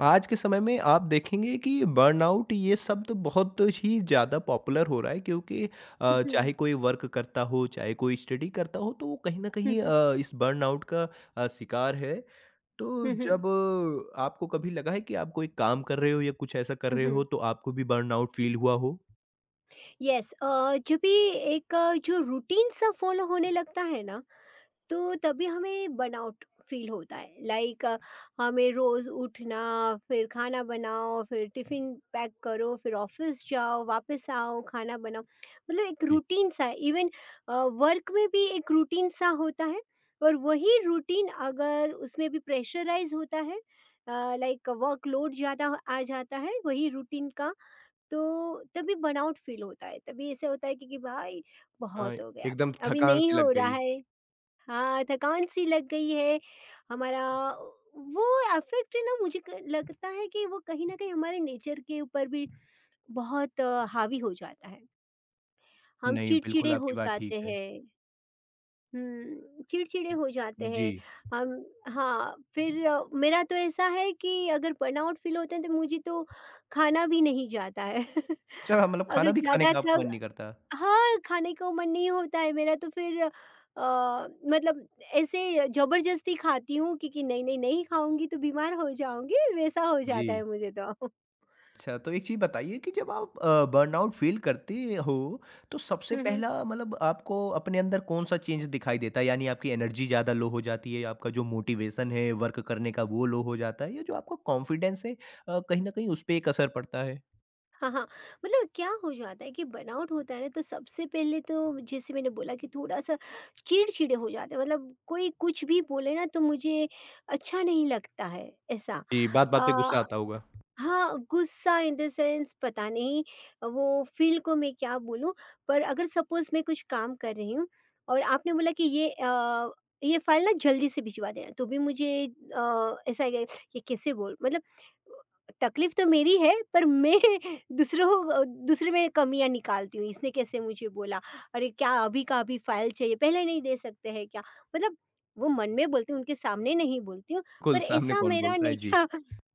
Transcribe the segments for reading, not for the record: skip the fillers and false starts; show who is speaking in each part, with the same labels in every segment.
Speaker 1: आज के समय में आप देखेंगे कि बर्नआउट ये शब्द बहुत ही ज़्यादा पॉपुलर हो रहा है क्योंकि
Speaker 2: हुँ,
Speaker 1: चाहे
Speaker 2: हुँ।
Speaker 1: कोई वर्क करता हो, चाहे कोई स्टडी करता हो तो वो कहीं न
Speaker 2: हुँ,
Speaker 1: कहीं
Speaker 2: हुँ।
Speaker 1: इस बर्नआउट का शिकार है। तो
Speaker 2: हुँ, हुँ।
Speaker 1: जब आपको कभी लगा है कि आप कोई काम कर रहे हो या कुछ ऐसा कर
Speaker 2: हुँ,
Speaker 1: रहे
Speaker 2: हुँ।
Speaker 1: हो तो आपको भी बर्नआउट फ़ील हुआ हो?
Speaker 2: यस जब ये एक जो रूटीन सा फ़ॉलो होने लगता है ना, तो तभी हमें बर्नआउट फ़ील होता है। लाइक हमें रोज़ उठना, फिर खाना बनाओ, फिर टिफ़िन पैक करो, फिर ऑफ़िस जाओ, वापस आओ, खाना बनाओ। मतलब एक
Speaker 1: जी।
Speaker 2: रूटीन सा इवन अ, वर्क में भी एक रूटीन सा होता है और वही रूटीन अगर उसमें भी प्रेशराइज़ होता है लाइक वर्कलोड ज़्यादा आ जाता है, वही रूटीन का तो तभी बर्नआउट फ़ील होता है, तभी ऐसे होता है कि भाई
Speaker 1: हाँ,
Speaker 2: बहुत हो गया,
Speaker 1: एकदम
Speaker 2: अभी
Speaker 1: थकान
Speaker 2: नहीं
Speaker 1: सी
Speaker 2: हो
Speaker 1: लग
Speaker 2: रहा
Speaker 1: गई।
Speaker 2: है। हाँ, थकान-सी लग गई है, हमारा वो अफ़ेक्ट है ना मुझे क लगता है कि वो कहीं न कहीं हमारे नेचर के ऊपर भी बहुत हावी हो जाता है। हम
Speaker 1: नहीं,
Speaker 2: चिड़चिड़े
Speaker 1: बिल्कुल
Speaker 2: हो
Speaker 1: आपकी बात ठीक
Speaker 2: जाते
Speaker 1: है।
Speaker 2: हैं। हुँ, चिड़चिड़े हो जाते
Speaker 1: जी।
Speaker 2: हैं हम। हाँ, फिर मेरा तो ऐसा है कि अगर बर्नआउट फ़ील होता है तो मुझे तो खाना भी नहीं जाता है।
Speaker 1: अच्छा, मतलब
Speaker 2: अगर
Speaker 1: खाना भी खाने
Speaker 2: ज़्यादा
Speaker 1: का आपका
Speaker 2: थक
Speaker 1: मन नहीं करता?
Speaker 2: हाँ, खाने को मन नहीं होता है मेरा तो फिर मतलब ऐसे ज़बरदस्ती खाती हूँ क्योंकि नहीं, नहीं, नहीं खाऊँगी तो बीमार हो जाऊँगी, वैसा हो
Speaker 1: जी।
Speaker 2: जाता है मुझे तो।
Speaker 1: अच्छा, तो एक चीज़ बताइए कि जब आप बर्नआउट फ़ील करते हो, तो सबसे पहला मतलब आपको अपने अंदर कौन-सा चेंज दिखाई देता है? यानी आपकी एनर्जी ज़्यादा लो हो जाती है, आपका जो मोटिवेशन है वर्क करने का वो लो हो जाता है या जो आपका कॉन्फिडेंस है कहीं न कहीं उसपे एक असर पड़ता है?
Speaker 2: हाँ, हाँ, मतलब क्या हो जाता है कि बर्नआउट होता है ना तो सबसे पहले तो जैसे मैंने बोला कि थोड़ा-सा चिड़चिड़े हो जाते हैं मतलब कोई कुछ भी बोले ना तो मुझे अच्छा नहीं लगता है, ऐसा।
Speaker 1: जी, बात-बात पे
Speaker 2: अ,
Speaker 1: गुस्सा आता होगा।
Speaker 2: हाँ, गुस्सा इन द सेंस पता नहीं वो फ़ील को मैं क्या बोलूँ, पर अगर सपोज़ मैं कुछ काम कर रही हूँ और आपने बोला कि ये फ़ाइल ना जल्दी से भिजवा देना, तो भी मुझे ऐसा है कि ये कैसे बोल मतलब तकलीफ़ तो मेरी है पर मैं दूसरों दूसरे में कमियाँ निकालती हूँ, इसने कैसे मुझे बोला? अरे क्या अभी का अभी फ़ाइल चाहिए, पहले नहीं दे सकते हैं क्या? मतलब वो मन में बोलती हूँ, उनके सामने नहीं बोलती हूँ,
Speaker 1: बिल्कुल,
Speaker 2: पर
Speaker 1: सामने
Speaker 2: ऐसा
Speaker 1: कौन
Speaker 2: मेरा
Speaker 1: बोलता है? जी।
Speaker 2: नेचा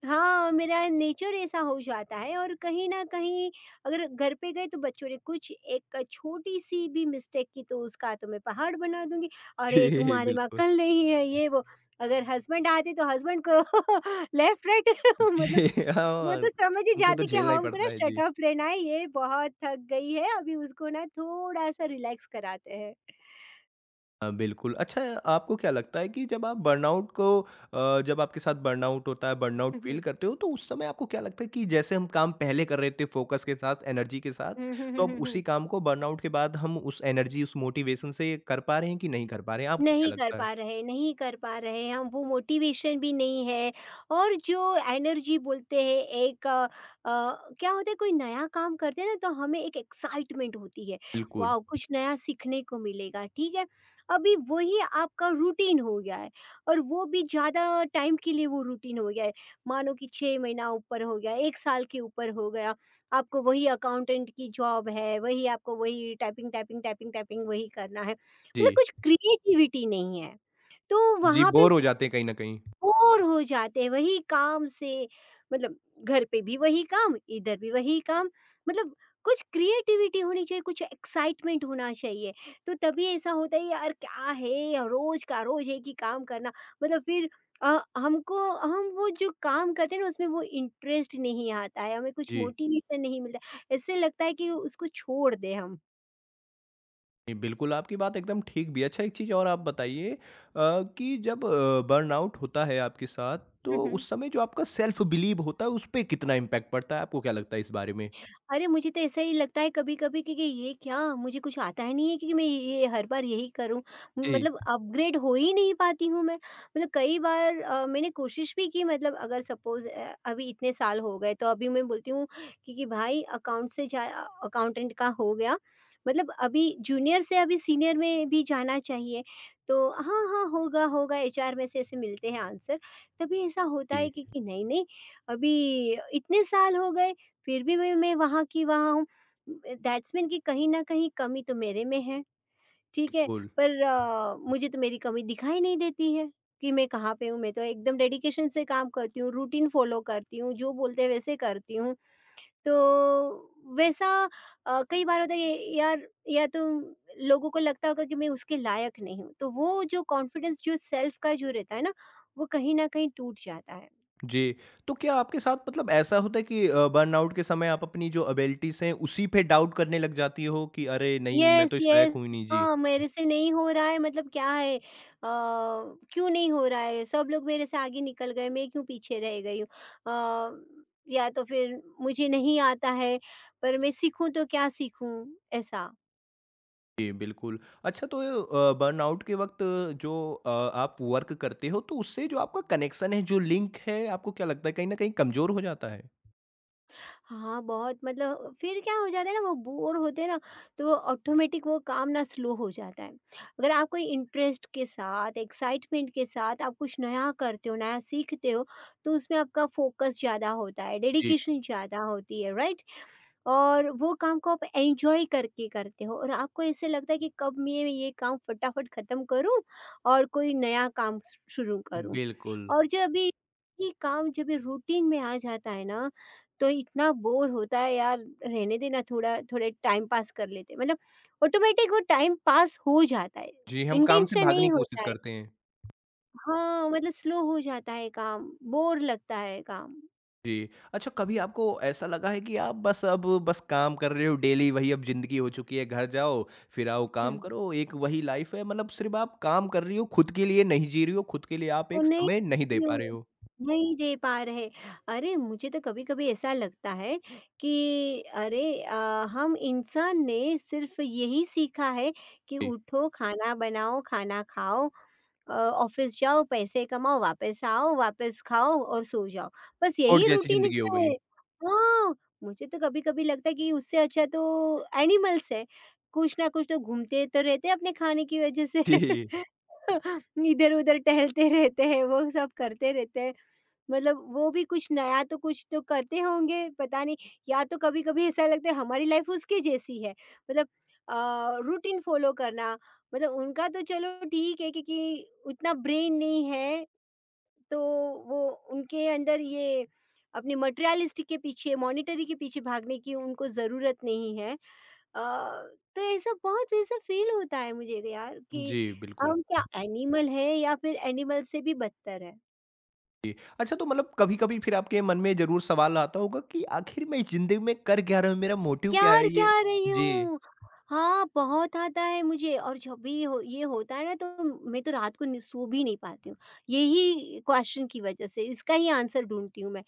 Speaker 2: हाँ, मेरा नेचर ऐसा हो जाता है और कहीं न कहीं अगर घर पे गए तो बच्चों ने कुछ एक छोटी-सी भी मिस्टेक की तो उसका तो मैं पहाड़ बना दूँगी, "अरे! तुम्हारे वहाँ
Speaker 1: बिल्कुल।
Speaker 2: कल नहीं है" ये वो। अगर हस्बैंड आते तो हस्बैंड को लेफ्ट राइट
Speaker 1: जी,
Speaker 2: मतलब वो
Speaker 1: हाँ,
Speaker 2: तो समझ ही
Speaker 1: उनको तो
Speaker 2: जाते कि
Speaker 1: झेलना
Speaker 2: हाँ,
Speaker 1: ही
Speaker 2: हमको ना
Speaker 1: पड़ता है।
Speaker 2: Shut
Speaker 1: ji.
Speaker 2: ऑफ लेना है, ये बहुत थक गई है, अभी उसको ना थोड़ा-सा रिलैक्स कराते हैं।
Speaker 1: हाँ, बिल्कुल। अच्छा आपको क्या लगता है कि जब आप बर्नआउट को जब आपके साथ बर्नआउट होता है, बर्नआउट
Speaker 2: हुँ,
Speaker 1: फ़ील
Speaker 2: हुँ।
Speaker 1: करते हो, तो उस समय आपको क्या लगता है कि जैसे हम काम पहले कर रहे थे फ़ोकस के साथ, एनर्जी के साथ,
Speaker 2: हुँ, हुँ, हुँ,
Speaker 1: तो अब
Speaker 2: हुँ, हुँ।
Speaker 1: उसी काम को बर्नआउट के बाद हम उस एनर्जी, उस मोटिवेशन से कर पा रहे हैं कि नहीं कर पा रहे हैं? आपको
Speaker 2: नहीं
Speaker 1: क्या
Speaker 2: कर
Speaker 1: लगता है?
Speaker 2: पा रहे नहीं कर पा रहे हम वो मोटिवेशन भी नहीं है और जो एनर्जी बोलते हैं एक क्या होता है कोई नया काम करते हैं ना तो हमें एक एक्साइटमेंट होती है
Speaker 1: बिल्कुल।
Speaker 2: वाह कुछ नया सीखने को मिलेगा ठीक है अभी वही आपका रूटीन हो गया है और वो भी ज़्यादा टाइम के लिए वो रूटीन हो गया है मानो कि छः महीना ऊपर हो गया एक साल के ऊपर हो गया आपको वही अकाउंटेंट की जॉब है वही आपको वही टाइपिंग टाइपिंग टाइपिंग टाइपिंग वही करना है
Speaker 1: जी।
Speaker 2: मतलब कुछ क्रिएटिविटी नहीं है। तो
Speaker 1: जी,
Speaker 2: वहाँ पे
Speaker 1: बोर
Speaker 2: वो
Speaker 1: हो जाते हैं कहीं न कहीं।
Speaker 2: बोर हो जाते हैं वही काम से, मतलब घर पे भी वही काम, इधर भी वही काम, मतलब कुछ क्रिएटिविटी होनी चाहिए, कुछ एक्साइटमेंट होना चाहिए। तो तभी ऐसा होता है यार क्या है रोज़ का रोज़ एक ही काम करना, मतलब फिर हमको हम वो जो काम करते हैं ना उसमें वो इंटरेस्ट नहीं आता है, हमें कुछ
Speaker 1: जी।
Speaker 2: मोटिवेशन नहीं मिलता है, ऐसे लगता है कि उसको छोड़ दें हम।
Speaker 1: जी, बिल्कुल, आपकी बात एकदम ठीक भी है। अच्छा एक चीज़ और आप बताइए कि जब बर्नआउट होता है आपके साथ, तो उस समय जो आपका सेल्फ बिलीव होता है, उस पे कितना इम्पैक्ट पड़ता है? आपको क्या लगता है इस बारे में?
Speaker 2: अरे मुझे तो ऐसा ही लगता है कभी-कभी कि ये क्या मुझे कुछ आता ही नहीं है कि मैं ये हर बार यही करूँ।
Speaker 1: जी।
Speaker 2: मतलब अपग्रेड हो ही नहीं पाती हूँ मैं। मतलब कई बार मैंने कोशिश भी की मतलब अगर सपोज़ अभी इतने साल हो गए तो अभी मैं बोलती हूँ कि भाई अकाउंटेंट का हो गया। मतलब अभी जूनियर से अभी सीनियर में भी जाना चाहिए। तो हाँ, हाँ, होगा, होगा एचआर में से ऐसे मिलते हैं आंसर। तभी ऐसा होता है
Speaker 1: जी,
Speaker 2: कि नहीं, नहीं अभी इतने साल हो गए फिर भी वही मैं वहाँ की वहाँ हूँ। दैट्स मीन कि कहीं न कहीं कमी तो मेरे में है, ठीक है?
Speaker 1: बिल्कुल।
Speaker 2: पर मुझे तो मेरी कमी दिखाई नहीं देती है कि मैं कहाँ पे हूँ। मैं तो एकदम डेडिकेशन से काम करती हूँ, रूटीन फ़ॉलो करती हूँ, जो बोलते हैं वैसे करती हूँ। तो वैसा कई बार होता है कि यार या तो लोगों को लगता होगा कि मैं उसके लायक नहीं हूँ। तो वो जो कॉन्फिडेंस जो सेल्फ़ का जो रहता है ना, वो कहीं न कहीं टूट जाता है।
Speaker 1: जी, तो क्या आपके साथ मतलब ऐसा होता है कि बर्नआउट के समय आप अपनी जो एबिलिटीज़ हैं, उसी पे डाउट करने लग जाती हो कि अरे! नहीं, मैं
Speaker 2: यस,
Speaker 1: तो इस लायक हूँ ही
Speaker 2: यस।
Speaker 1: नहीं? जी।
Speaker 2: हाँ, मेरे से नहीं हो रहा है मतलब क्या है क्यों नहीं हो रहा है? सब लोग मेरे से आगे निकल गए, मैं क्यों पीछे रह गई हूँ? अ, या तो फिर मुझे नहीं आता है, पर मैं सीखूँ तो क्या सीखूँ? ऐसा।
Speaker 1: जी, बिल्कुल। अच्छा तो बर्नआउट के वक़्त जो आप वर्क करते हो तो उससे जो आपका कनेक्शन है, जो लिंक है, आपको क्या लगता है कहीं न कहीं कमज़ोर हो जाता है?
Speaker 2: हाँ, बहुत मतलब फिर क्या हो जाता है ना वो बोर होते हैं ना तो ऑटोमेटिक वो काम ना स्लो हो जाता है। अगर आप कोई इंटरेस्ट के साथ, एक्साइटमेंट के साथ आप कुछ नया करते हो, नया सीखते हो तो उसमें आपका फ़ोकस ज़्यादा होता है,
Speaker 1: जी,
Speaker 2: डेडिकेशन ज़्यादा होती है, राइट? और वो काम को आप एन्जॉय करके करते हो और आपको ऐसे लगता है कि कब मैं ये काम फटाफट ख़त्म करूँ और कोई नया काम श शुरू करूँ।
Speaker 1: बिल्कुल।
Speaker 2: और जो अभी ये काम जब ये रूटीन में आ जाता है ना, तो इतना बोर होता है यार रहने देना थोड़ा थोड़े टाइम पास कर लेते हैं। मतलब ऑटोमेटिक वो टाइम पास हो जाता है,
Speaker 1: जी, हम काम से
Speaker 2: इंटेंशन
Speaker 1: भागने
Speaker 2: नहीं
Speaker 1: की कोशिश
Speaker 2: होता है।
Speaker 1: करते हैं।
Speaker 2: हाँ, मतलब स्लो हो जाता है काम, बोर लगता है काम।
Speaker 1: जी। अच्छा कभी आपको ऐसा लगा है कि आप बस अब बस काम कर रहे हो डेली वही अब ज़िंदगी हो चुकी है, घर जाओ, फिर आओ काम
Speaker 2: हुँ।
Speaker 1: करो, एक वही लाइफ़ है मतलब सिर्फ़ आप काम कर रही हो, खुद के लिए नहीं जी रही हो, खुद के लिए आप
Speaker 2: तो
Speaker 1: एक
Speaker 2: नहीं
Speaker 1: समय नहीं दे पा
Speaker 2: क्यों
Speaker 1: रहे हो?
Speaker 2: नहीं दे पा रहे। अरे! मुझे तो कभी-कभी ऐसा लगता है कि अरे हम इंसान ने सिर्फ़ यही सीखा है कि
Speaker 1: जी,
Speaker 2: उठो, खाना बनाओ, खाना खाओ ऑफ़िस जाओ, पैसे कमाओ, वापस आओ, वापस खाओ और सो जाओ। बस
Speaker 1: कोर्ट
Speaker 2: यही
Speaker 1: जैसी
Speaker 2: रूटीन
Speaker 1: ज़िंदगी हो
Speaker 2: क्या
Speaker 1: गई।
Speaker 2: है। हाँ, मुझे तो कभी-कभी लगता है कि उससे अच्छा तो एनिमल्स है। कुछ ना कुछ तो घूमते तो रहते हैं अपने खाने की वजह से।
Speaker 1: जी,
Speaker 2: इधर-उधर टहलते रहते हैं, वो सब करते रहते हैं। मतलब वो भी कुछ नया तो कुछ तो करते होंगे, पता नहीं। या तो कभी-कभी ऐसा लगता है हमारी लाइफ उसके जैसी है। मतलब अ, रूटीन फ़ॉलो करना मतलब उनका तो चलो ठीक है क्योंकि उतना ब्रेन नहीं है तो वो उनके अंदर ये अपने मटेरियलिस्टिक के पीछे मॉनिटरी के पीछे भागने की उनको ज़रूरत नहीं है। तो ऐसा बहुत ऐसा फ़ील होता है मुझे यार कि
Speaker 1: जी, बिल्कुल।
Speaker 2: हम क्या एनिमल हैं या फिर एनिमल से भी बदतर है।
Speaker 1: जी। अच्छा तो मतलब कभी-कभी फिर आपके मन में ज़रूर सवाल आता होगा कि आखिर मैं ज़िंदगी में कर क्या रहा हूँ? मेरा मोटिव
Speaker 2: क्या
Speaker 1: क्या है ये?
Speaker 2: क्या रही
Speaker 1: जी,
Speaker 2: हूँ? हाँ, बहुत आता है मुझे और जब भी हो ये होता है ना तो मैं तो रात को नि सो भी नहीं पाती हूँ। यही क्वेश्चन की वजह से इसका ही आंसर ढूँढती हूँ मैं।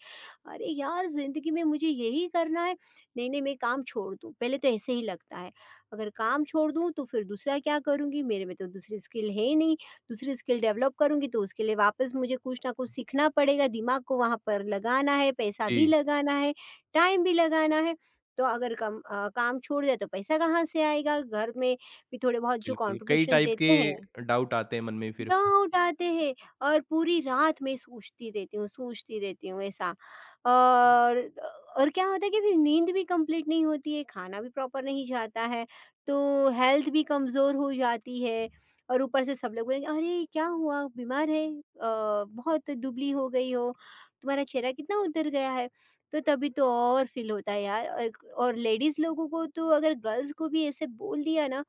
Speaker 2: अरे यार! ज़िंदगी में मुझे यही करना है, नहीं-नहीं मैं काम छोड़ दूँ, पहले तो ऐसे ही लगता है। अगर काम छोड़ दूँ तो फिर दूसरा क्या करूँगी? मेरे में तो दूसरी स्किल है ही नहीं, दूसरी स्किल डेवलप करूँगी तो उसके लिए वापस मुझे कुछ ना कुछ सीखना पड़ेगा, दिमाग को वहाँ पर लगाना है, पैसा भी
Speaker 1: जी,
Speaker 2: लगाना है, टाइम भी लगाना है। तो अगर काम छोड़ दिया तो पैसा कहाँ से आएगा? घर में भी थोड़े बहुत जो
Speaker 1: बिल्कुल। कई
Speaker 2: कॉन्ट्रिब्यूशन
Speaker 1: टाइप के
Speaker 2: देते हैं
Speaker 1: डाउट आते हैं मन में फिर।
Speaker 2: ना उठाते हैं और पूरी रात मैं सोचती रहती हूँ ऐसा और और क्या होता है कि फिर नींद भी कंप्लीट नहीं होती है, खाना भी प्रॉपर नहीं जाता है, तो हेल्थ भी कमज़ोर हो जाती है और ऊपर से सब लोग बोलेंगे, "अरे! क्या हुआ? बीमार है? बहुत दुबली हो गई हो, तुम्हारा चेहरा कितना उतर गया है।" तो तभी तो और फ़ील होता है यार और लेडीज़ लोगों को तो अगर गर्ल्स को भी ऐसे बोल दिया ना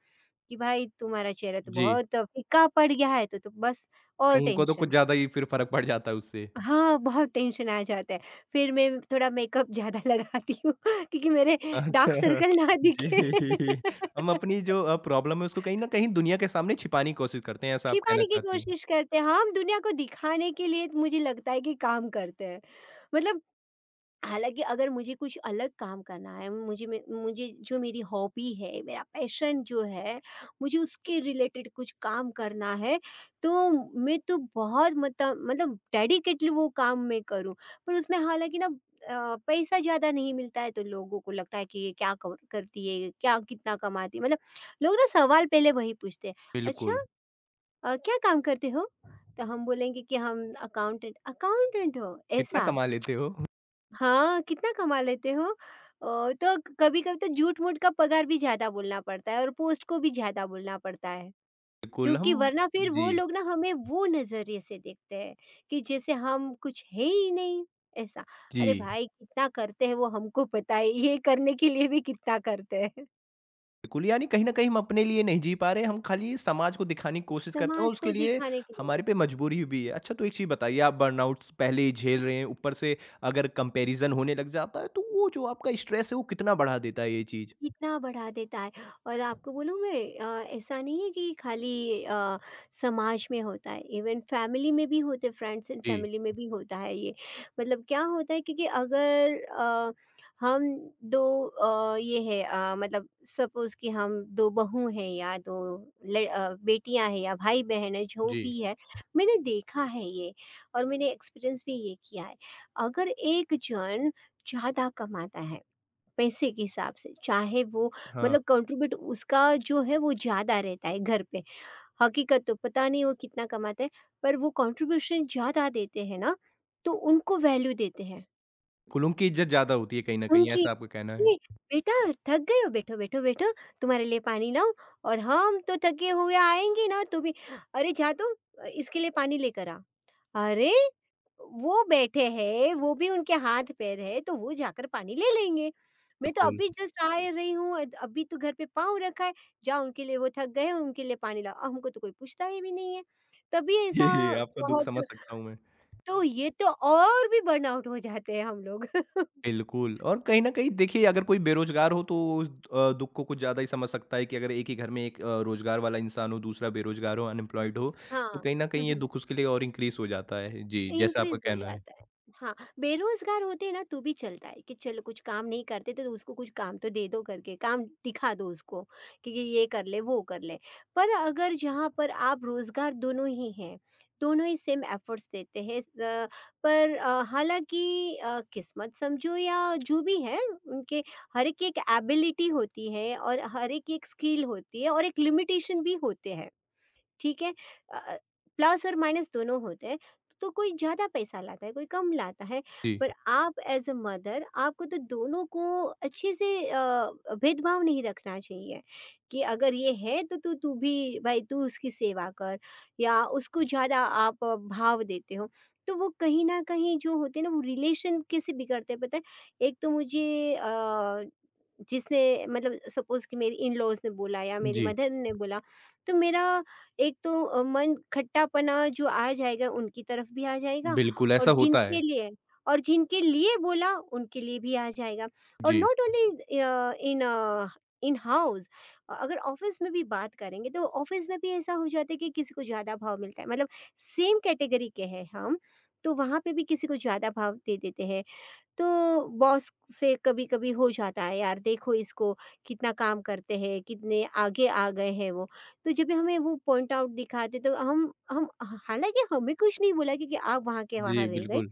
Speaker 2: कि भाई तुम्हारा चेहरा तो
Speaker 1: जी,
Speaker 2: बहुत फीका पड़ गया है तो बस और
Speaker 1: उनको तो कुछ
Speaker 2: टेंशन।
Speaker 1: ज़्यादा ही फिर फ़र्क पड़ जाता है उससे।
Speaker 2: हाँ, बहुत टेंशन आ जाता है। फिर मैं थोड़ा मेकअप ज़्यादा लगाती हूँ क्योंकि मेरे
Speaker 1: अच्छा,
Speaker 2: डार्क सर्कल ना दिखे।
Speaker 1: जी। हम अपनी जो प्रॉब्लम है उसको कहीं न कहीं दुनिया के सामने छिपाने की कोशिश करते हैं, ऐसा आप कहना
Speaker 2: छिपाने की
Speaker 1: चाहती हैं?
Speaker 2: कोशिश करते हैं, हाँ, हम दुनिया को दिखाने के लिए मुझे लगता है कि काम करते हैं। मतलब हालाँकि अगर मुझे कुछ अलग काम करना है, मुझे जो मेरी हॉबी है, मेरा पैशन जो है, मुझे उसके रिलेटेड कुछ काम करना है, तो मैं तो बहुत मतलब डेडिकेटली वो काम मैं करूँ। पर उसमें हालाँकि ना पैसा ज़्यादा नहीं मिलता है, तो लोगों को लगता है कि ये क्या कव करती है, ये क्या कितना कमाती है? मतलब लोग ना सवाल पहले वही पूछते हैं, "अच्छा
Speaker 1: बिल्कुल।
Speaker 2: क्या काम करते हो?" तो हम बोलेंगे कि हम अकाउंटेंट, "अकाउंटेंट हो?
Speaker 1: कितना
Speaker 2: ऐसा?"
Speaker 1: कमा लेते हो?
Speaker 2: हाँ, कितना कमा लेते हो? तो कभी-कभी तो झूठ-मूठ का पगार भी ज़्यादा बोलना पड़ता है और पोस्ट को भी ज़्यादा बोलना पड़ता है।
Speaker 1: बिल्कुल हम
Speaker 2: क्योंकि वरना फिर वो
Speaker 1: जी,
Speaker 2: लोग ना हमें वो नज़रिए से देखते हैं कि जैसे हम कुछ है ही नहीं, ऐसा।
Speaker 1: जी।
Speaker 2: अरे भाई! कितना करते हैं वो हमको पता है, ये करने के लिए भी कितना करते हैं।
Speaker 1: बिल्कुल, यानी कहीं न कहीं हम अपने लिए नहीं जी पा रहे, हम खाली समाज को दिखाने की कोशिश करते हैं और
Speaker 2: समाज को
Speaker 1: उसके लिए
Speaker 2: दिखाने के लिए दे
Speaker 1: हमारे पे मजबूरी भी है। अच्छा तो एक चीज़ बताइए आप बर्नआउट्स पहले ही झेल रहे हैं, ऊपर से अगर कंपैरिज़न होने लग जाता है, तो वो जो आपका स्ट्रेस है वो कितना बढ़ा देता है ये चीज़?
Speaker 2: कितना बढ़ा देता है। और आपको बोलूँ मैं, ऐसा नहीं है कि खाली, समाज में होता है। इवन फैमिली में भी होते, फ्रेंड्स एंड
Speaker 1: जी,
Speaker 2: फैमिली में भी होता है ये। मतलब क्या होता है, क्योंकि अगर हम दो, ये है, मतलब सपोज कि हम दो बहू हैं या दो बेटियां हैं या भाई बहन है, जो
Speaker 1: जी।
Speaker 2: भी है। मैंने देखा है ये और मैंने एक्सपीरियंस भी ये किया है। अगर एक जन ज़्यादा कमाता है पैसे के हिसाब से, चाहे वो
Speaker 1: हाँ,
Speaker 2: मतलब कंट्रीब्यूट उसका जो है वो ज़्यादा रहता है घर पे। हकीकत तो पता नहीं वो कितना कमाते हैं, पर वो कंट्रीब्यूशन ज़्यादा देते हैं ना, तो उनको वैल्यू देते हैं।
Speaker 1: कुल उनकी इज़्ज़त ज़्यादा होती है कहीं न कहीं,
Speaker 2: उनकी
Speaker 1: ऐसा आपका कहना है।
Speaker 2: "ये बेटा थक गए हो? बैठो, बैठो, बैठो, तुम्हारे लिए पानी लाऊँ। और हम तो थके हुए आएँगे ना, तुम्हें अरे जा तो इसके लिए पानी लेकर आ।" अरे! वो बैठे हैं, वो भी उनके हाथ पैर है, तो वो जाकर पानी ले लेंगे। मैं तो
Speaker 1: बिल्कुल।
Speaker 2: अभी जस्ट आ रही हूँ, अद अभी तो घर पे पाँव रखा है, जाओ उनके लिए, वो थक गए हैं, उनके लिए पानी लाओ। हमको तो कोई पूछता ही भी नहीं है। तभी ऐसा
Speaker 1: ये आपका दुःख
Speaker 2: बहुत,
Speaker 1: समझ सकता हूँ मैं।
Speaker 2: तो ये तो और भी बर्नआउट हो जाते हैं हम लोग।
Speaker 1: बिल्कुल और कहीं न कहीं देखिए अगर कोई बेरोज़गार हो तो उस दुःख को कुछ ज़्यादा ही समझ सकता है कि अगर एक ही घर में एक रोज़गार वाला इंसान हो, दूसरा बेरोज़गार हो, अनएम्प्लॉयड हो, तो
Speaker 2: हाँ।
Speaker 1: कहीं न
Speaker 2: हुँ,
Speaker 1: कहीं ये
Speaker 2: हुँ।
Speaker 1: दुःख उसके लिए और इंक्रीज़ हो जाता है। जी, जैसा आपका
Speaker 2: इंक्रीज़ हो
Speaker 1: कहना है।
Speaker 2: जाता है। हाँ, बेरोज़गार होते हैं ना तो भी चलता है कि चलो कुछ काम नहीं करते तो उसको कुछ काम तो दे दो करके, काम दिखा दो उसको कि ये कर ले, वो कर ले। पर अगर जहाँ पर आप रोज़गार दोनों ही हैं, दोनों ही सेम एफ़र्ट्स देते हैं, पर हालाँकि किस्मत समझो या जो भी है, उनके हर एक की एक एबिलिटी होती है और हर एक की एक स्किल होती है और एक लिमिटेशन भी होते हैं। ठीक है, अ, प्लस और माइनस दोनों होते हैं। तो कोई ज़्यादा पैसा लाता है, कोई कम लाता है।
Speaker 1: जी,
Speaker 2: पर आप एज अ मदर, आपको तो दोनों को अच्छे से, भेदभाव नहीं रखना चाहिए कि अगर ये है तो तू तू भी, भाई तू उसकी सेवा कर, या उसको ज़्यादा आप भाव देते हो, तो वो कहीं ना कहीं जो होते हैं ना, वो रिलेशन कैसे बिगड़ते हैं पता है। एक तो मुझे, अ, जिसने मतलब सपोज कि मेरी इन लॉज ने बोला या मेरी
Speaker 1: जी,
Speaker 2: मदर ने बोला, तो मेरा एक तो, मन खट्टापना जो आ जाएगा उनकी तरफ भी आ जाएगा,
Speaker 1: बिल्कुल
Speaker 2: और
Speaker 1: ऐसा होता
Speaker 2: जिनके
Speaker 1: है।
Speaker 2: लिए और जिनके लिए बोला उनके लिए भी आ जाएगा। और
Speaker 1: जी,
Speaker 2: not only in in house, अगर ऑफिस में भी बात करेंगे तो ऑफिस में भी ऐसा हो जाता है कि किसी को ज़्यादा भाव मिलता है। मतलब सेम कैटेगरी के हैं हम, तो वहाँ पे भी किसी को ज़्यादा भाव दे देते हैं। तो बॉस से कभी-कभी हो जाता है, यार देखो इसको कितना काम करते हैं, कितने आगे आ गए हैं वो। तो जब भी हमें वो पॉइंट आउट दिखाते तो हम हालाँकि हमें कुछ नहीं बोला, क्योंकि आप वहाँ के वहाँ
Speaker 1: जी,
Speaker 2: रह गए।
Speaker 1: बिल्कुल,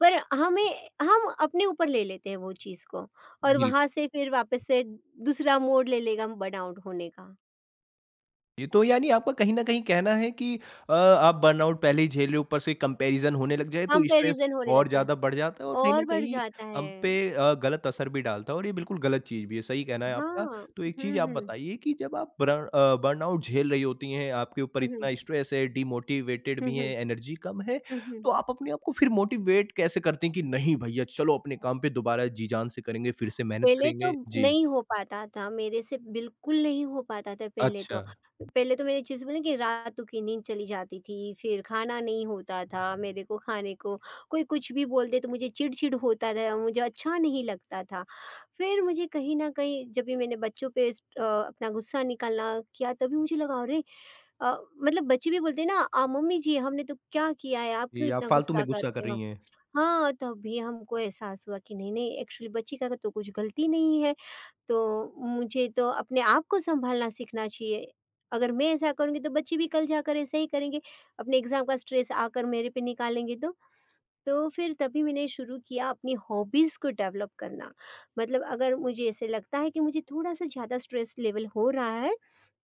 Speaker 2: पर हमें, हम अपने ऊपर ले लेते हैं वो चीज़ को, और वहाँ
Speaker 1: बिल्कुल।
Speaker 2: से फिर वापस से दूसरा मोड़ ले लेगा बर्नआउट होने का।
Speaker 1: ये तो यानी आपका कहीं न कहीं कहना है कि आप बर्नआउट पहले ही झेल रहे हो, ऊपर से कंपैरिज़न होने लग जाए तो स्ट्रेस
Speaker 2: कंपैरिज़न होने
Speaker 1: और
Speaker 2: लगता है
Speaker 1: ज़्यादा बढ़ जाता है और कहीं
Speaker 2: और
Speaker 1: न
Speaker 2: बढ़
Speaker 1: कहीं
Speaker 2: जाता है।
Speaker 1: हम पे गलत असर भी डालता है और ये बिल्कुल गलत चीज़ भी है, सही कहना है आपका।
Speaker 2: हाँ।
Speaker 1: तो एक चीज़
Speaker 2: हुँ,
Speaker 1: आप
Speaker 2: हुँ।
Speaker 1: बताइए कि जब आप बर्नआउट झेल रही होती हैं, आपके ऊपर
Speaker 2: हुँ, हुँ।
Speaker 1: इतना स्ट्रेस है, डिमोटिवेटेड
Speaker 2: हुँ,
Speaker 1: भी
Speaker 2: हुँ।
Speaker 1: हैं, एनर्जी कम है,
Speaker 2: हुँ, हुँ।
Speaker 1: तो आप अपने आप को फिर मोटिवेट कैसे करते हैं कि नहीं भैया चलो अपने काम पे दोबारा जी-जान से करेंगे, फिर से मेहनत
Speaker 2: पहले तो
Speaker 1: करेंगे? जी।
Speaker 2: नहीं हो पाता था, मेरे से बिल्कुल नहीं हो पाता था पहले तो।
Speaker 1: अच्छा,
Speaker 2: पहले तो मैंने जैसे बोला कि रातों की नींद चली जाती थी, फिर खाना नहीं होता था मेरे को खाने को। कोई कुछ भी बोल दे तो मुझे चिड़चिड़ होता था, मुझे अच्छा नहीं लगता था। फिर मुझे कहीं न कहीं जब भी मैंने बच्चों पे स अपना गुस्सा निकालना किया तभी मुझे लगा अरे! अ, मतलब बच्चे भी बोलते हैं ना, "मम्मी जी हमने तो क्या किया है, आप क्यों
Speaker 1: जी, आप
Speaker 2: इतना
Speaker 1: फालतू
Speaker 2: गुस्सा
Speaker 1: में गुस्सा कर
Speaker 2: करते हो?"
Speaker 1: रही हैं।
Speaker 2: हाँ, तभी हमको एहसास हुआ कि नहीं-नहीं एक्चुअली बच्ची का तो कुछ गलती नहीं है, तो मुझे तो अपने आप को सँभालना सीखना चाहिए। अगर मैं ऐसा करूँगी तो बच्चे भी कल जाकर ऐसा ही करेंगे, अपने एग्ज़ाम का स्ट्रेस आकर मेरे पे निकालेंगे तो। तो फिर तभी मैंने शुरू किया अपनी हॉबीज़ को डेवलप करना। मतलब अगर मुझे ऐसे लगता है कि मुझे थोड़ा-सा ज़्यादा स्ट्रेस लेवल हो रहा है,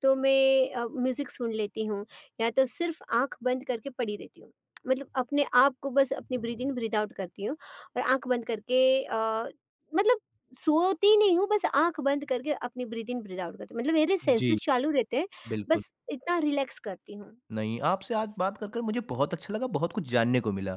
Speaker 2: तो मैं म्यूज़िक सुन लेती हूँ या तो सिर्फ़ आँख बंद करके पड़ी रहती हूँ। मतलब अपने आप को बस अपनी ब्रीथ इन ब्रीथ आउट करती हूँ और आँख बंद करके, मतलब सोती नहीं हूँ, बस आँख बंद करके अपनी ब्रीथ इन ब्रीथ आउट करती हूँ। मतलब मेरे
Speaker 1: जी,
Speaker 2: सेंसेस चालू रहते हैं,
Speaker 1: बिल्कुल।
Speaker 2: बस इतना रिलैक्स करती हूँ।
Speaker 1: नहीं, आपसे आज बात कर कर मुझे बहुत अच्छा लगा, बहुत कुछ जानने को मिला।